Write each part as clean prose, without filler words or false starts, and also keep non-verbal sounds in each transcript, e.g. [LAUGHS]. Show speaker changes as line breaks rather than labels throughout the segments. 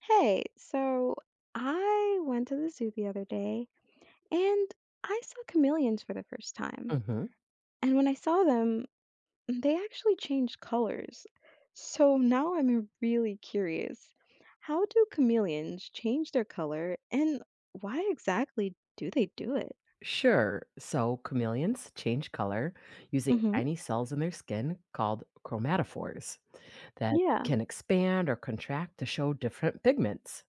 Hey, so I went to the zoo the other day and I saw chameleons for the first time.
Hmm.
And when I saw them, they actually changed colors. So now I'm really curious. How do chameleons change their color and why exactly do they do it?
Sure. So chameleons change color using
Mm-hmm.
tiny cells in their skin called chromatophores that
Yeah.
can expand or contract to show different pigments.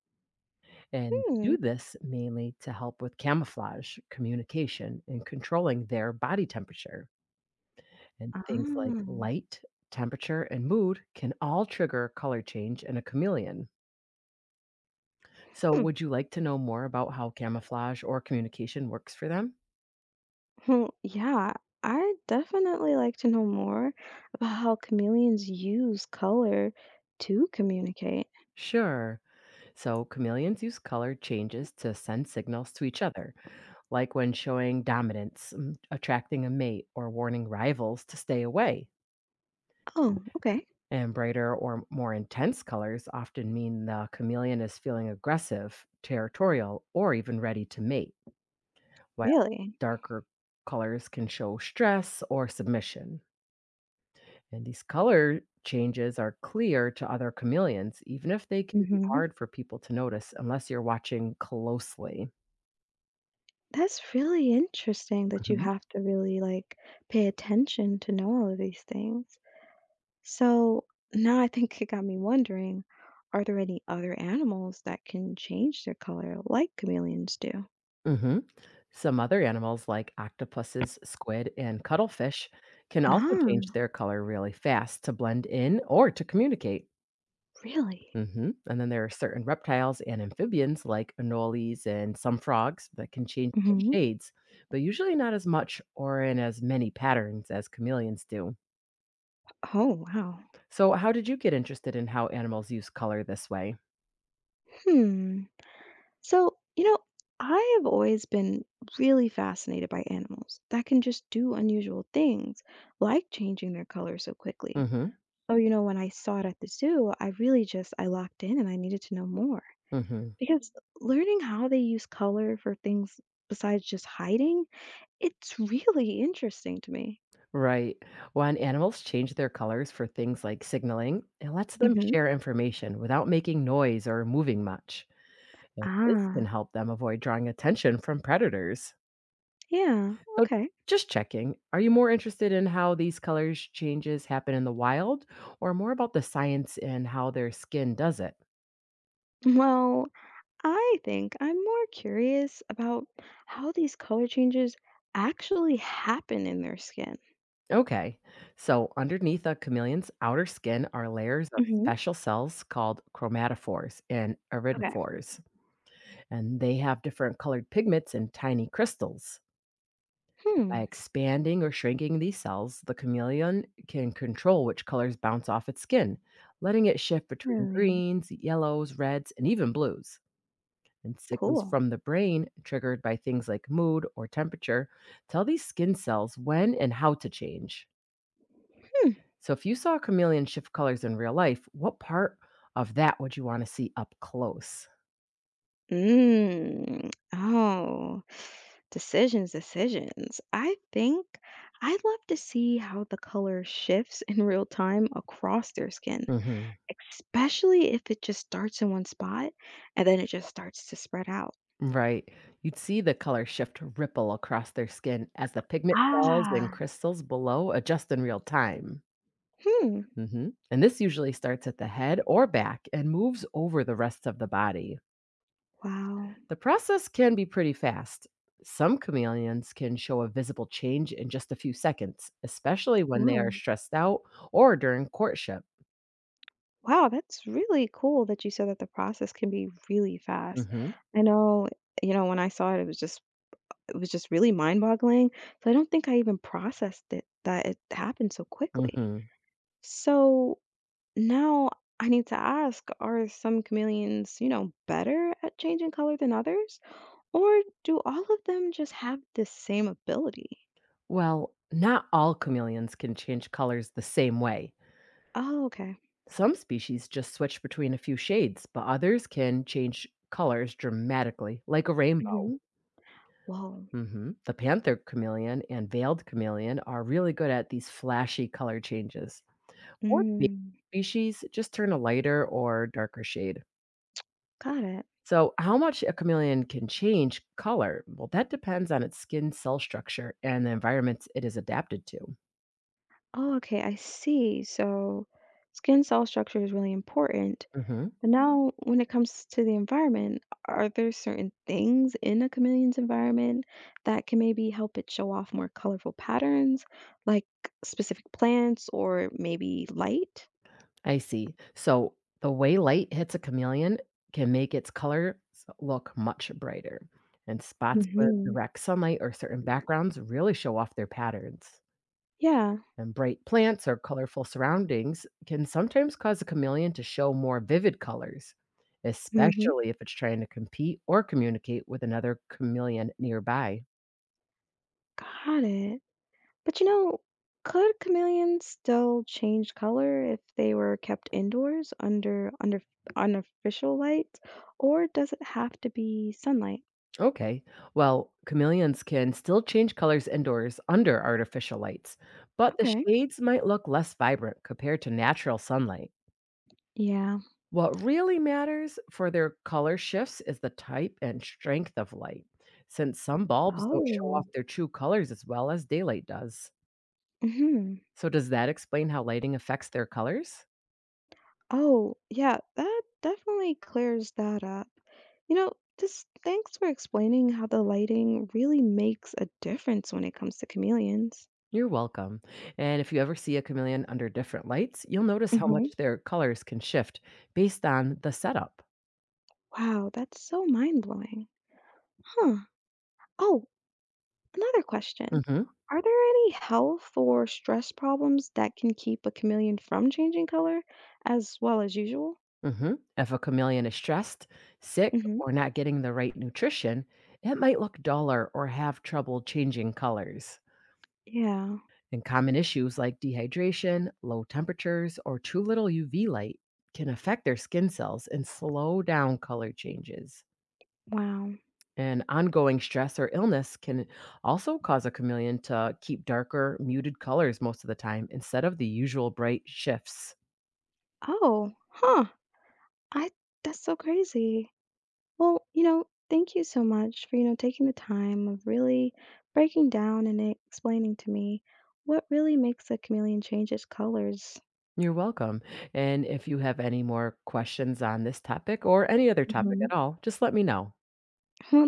And they
Hmm.
do this mainly to help with camouflage, communication, and controlling their body temperature. And things like
Ah.
light, temperature, and mood can all trigger color change in a chameleon. So,
Hmm.
would you like to know more about how camouflage or communication works for them?
Well, yeah, I definitely like to know more about how chameleons use color to communicate.
Sure. So chameleons use color changes to send signals to each other, like when showing dominance, attracting a mate, or warning rivals to stay away.
Oh, okay.
And brighter or more intense colors often mean the chameleon is feeling aggressive, territorial, or even ready to mate, while
Really?
darker colors can show stress or submission. And these color changes are clear to other chameleons, even if they can be
Hmm.
hard for people to notice unless you're watching closely.
That's really interesting that you
Mhm.
have to really like pay attention to know all of these things. So now I think it got me wondering, are there any other animals that can change their color like chameleons do?
Mhm. Some other animals, like octopuses, squid, and cuttlefish, can also change
Ah,
their color really fast to blend in or to communicate.
really?
And then there are certain reptiles and amphibians, like anoles and some frogs, that can change their
Hmm.
shades, but usually not as much or in as many patterns as chameleons do.
Oh, wow.
So, how did you get interested in how animals use color this way?
Hmm. So, I have always been really fascinated by animals that can just do unusual things, like changing their color so quickly.
hmm
Oh, when I saw it at the zoo, I really just I locked in and I needed to know more.
hmm
Because learning how they use color for things besides just hiding, it's really interesting to me.
Right. When animals change their colors for things like signaling, it lets them
Hmm.
share information without making noise or moving much. And this can
Ah,
help them avoid drawing attention from predators.
yeah,
So,
okay.
just checking, are you more interested in how these colors changes happen in the wild or more about the science and how their skin does it?
Well, I think I'm more curious about how these color changes actually happen in their skin.
Okay. So, underneath a chameleon's outer skin are layers of
Hmm.
special cells called chromatophores and
Okay.
iridophores, and they have different colored pigments and tiny crystals. By
Hmm,
expanding or shrinking these cells, the chameleon can control which colors bounce off its skin, letting it shift between
really
greens, yellows, reds, and even blues. And signals
cool.
from the brain, triggered by things like mood or temperature, tell these skin cells when and how to change.
Hmm.
So if you saw a chameleon shift colors in real life, what part of that would you want to see up close?
Mm. Oh, decisions, decisions. I think I'd love to see how the color shifts in real time across their skin,
Mhm.
especially if it just starts in one spot and then it just starts to spread out.
Right. You'd see the color shift ripple across their skin as the pigment cells and
Ah.
crystals below adjust in real time.
Hmm.
And this usually starts at the head or back and moves over the rest of the body.
Wow.
The process can be pretty fast. Some chameleons can show a visible change in just a few seconds, especially when they
Whoa.
are stressed out or during courtship.
Wow, that's really cool that you said that the process can be really fast.
hmm
I know, when I saw it, it was just really mind-boggling. So I don't think I even processed it that it happened so quickly.
hmm
So now I need to ask, are some chameleons, better at changing color than others? Or do all of them just have the same ability?
Well, not all chameleons can change colors the same way.
Oh, okay.
Some species just switch between a few shades, but others can change colors dramatically, like a rainbow.
Hmm. Whoa.
The panther chameleon and veiled chameleon are really good at these flashy color changes. Or big
Mm,
species just turn a lighter or darker shade.
got it.
So, how much a chameleon can change color? Well, that depends on its skin cell structure and the environments it is adapted to.
Oh, okay, I see. So skin cell structure is really important.
hmm
But now, when it comes to the environment, are there certain things in a chameleon's environment that can maybe help it show off more colorful patterns, like specific plants or maybe light?
I see. So the way light hits a chameleon can make its colors look much brighter. And spots with
Hmm.
direct sunlight or certain backgrounds really show off their patterns.
Yeah.
And bright plants or colorful surroundings can sometimes cause a chameleon to show more vivid colors,
Hmm.
especially if it's trying to compete or communicate with another chameleon nearby.
Got it. But could chameleons still change color if they were kept indoors under unofficial light, or does it have to be sunlight?
Okay. Well, chameleons can still change colors indoors under artificial lights, but the
Okay.
shades might look less vibrant compared to natural sunlight.
Yeah.
What really matters for their color shifts is the type and strength of light, since some bulbs don't show
Oh.
off their true colors as well as daylight does.
Hmm.
So, does that explain how lighting affects their colors?
Oh, yeah, that definitely clears that up. You know, just thanks for explaining how the lighting really makes a difference when it comes to chameleons.
You're welcome. And if you ever see a chameleon under different lights, you'll notice how
Hmm.
much their colors can shift based on the setup.
Wow, that's so mind-blowing. Huh. Oh, another question.
Hmm.
Are there any health or stress problems that can keep a chameleon from changing color as well as usual?
Mhm. If a chameleon is stressed, sick,
Hmm.
or not getting the right nutrition, it might look duller or have trouble changing colors.
Yeah,
And common issues like dehydration, low temperatures, or too little UV light can affect their skin cells and slow down color changes.
wow.
And ongoing stress or illness can also cause a chameleon to keep darker, muted colors most of the time instead of the usual bright shifts.
Oh, huh. I that's so crazy. Well, thank you so much for, taking the time of really breaking down and explaining to me what really makes a chameleon change its colors.
You're welcome. And if you have any more questions on this topic or any other topic at
Hmm.
all, just let me know.
[LAUGHS] Well,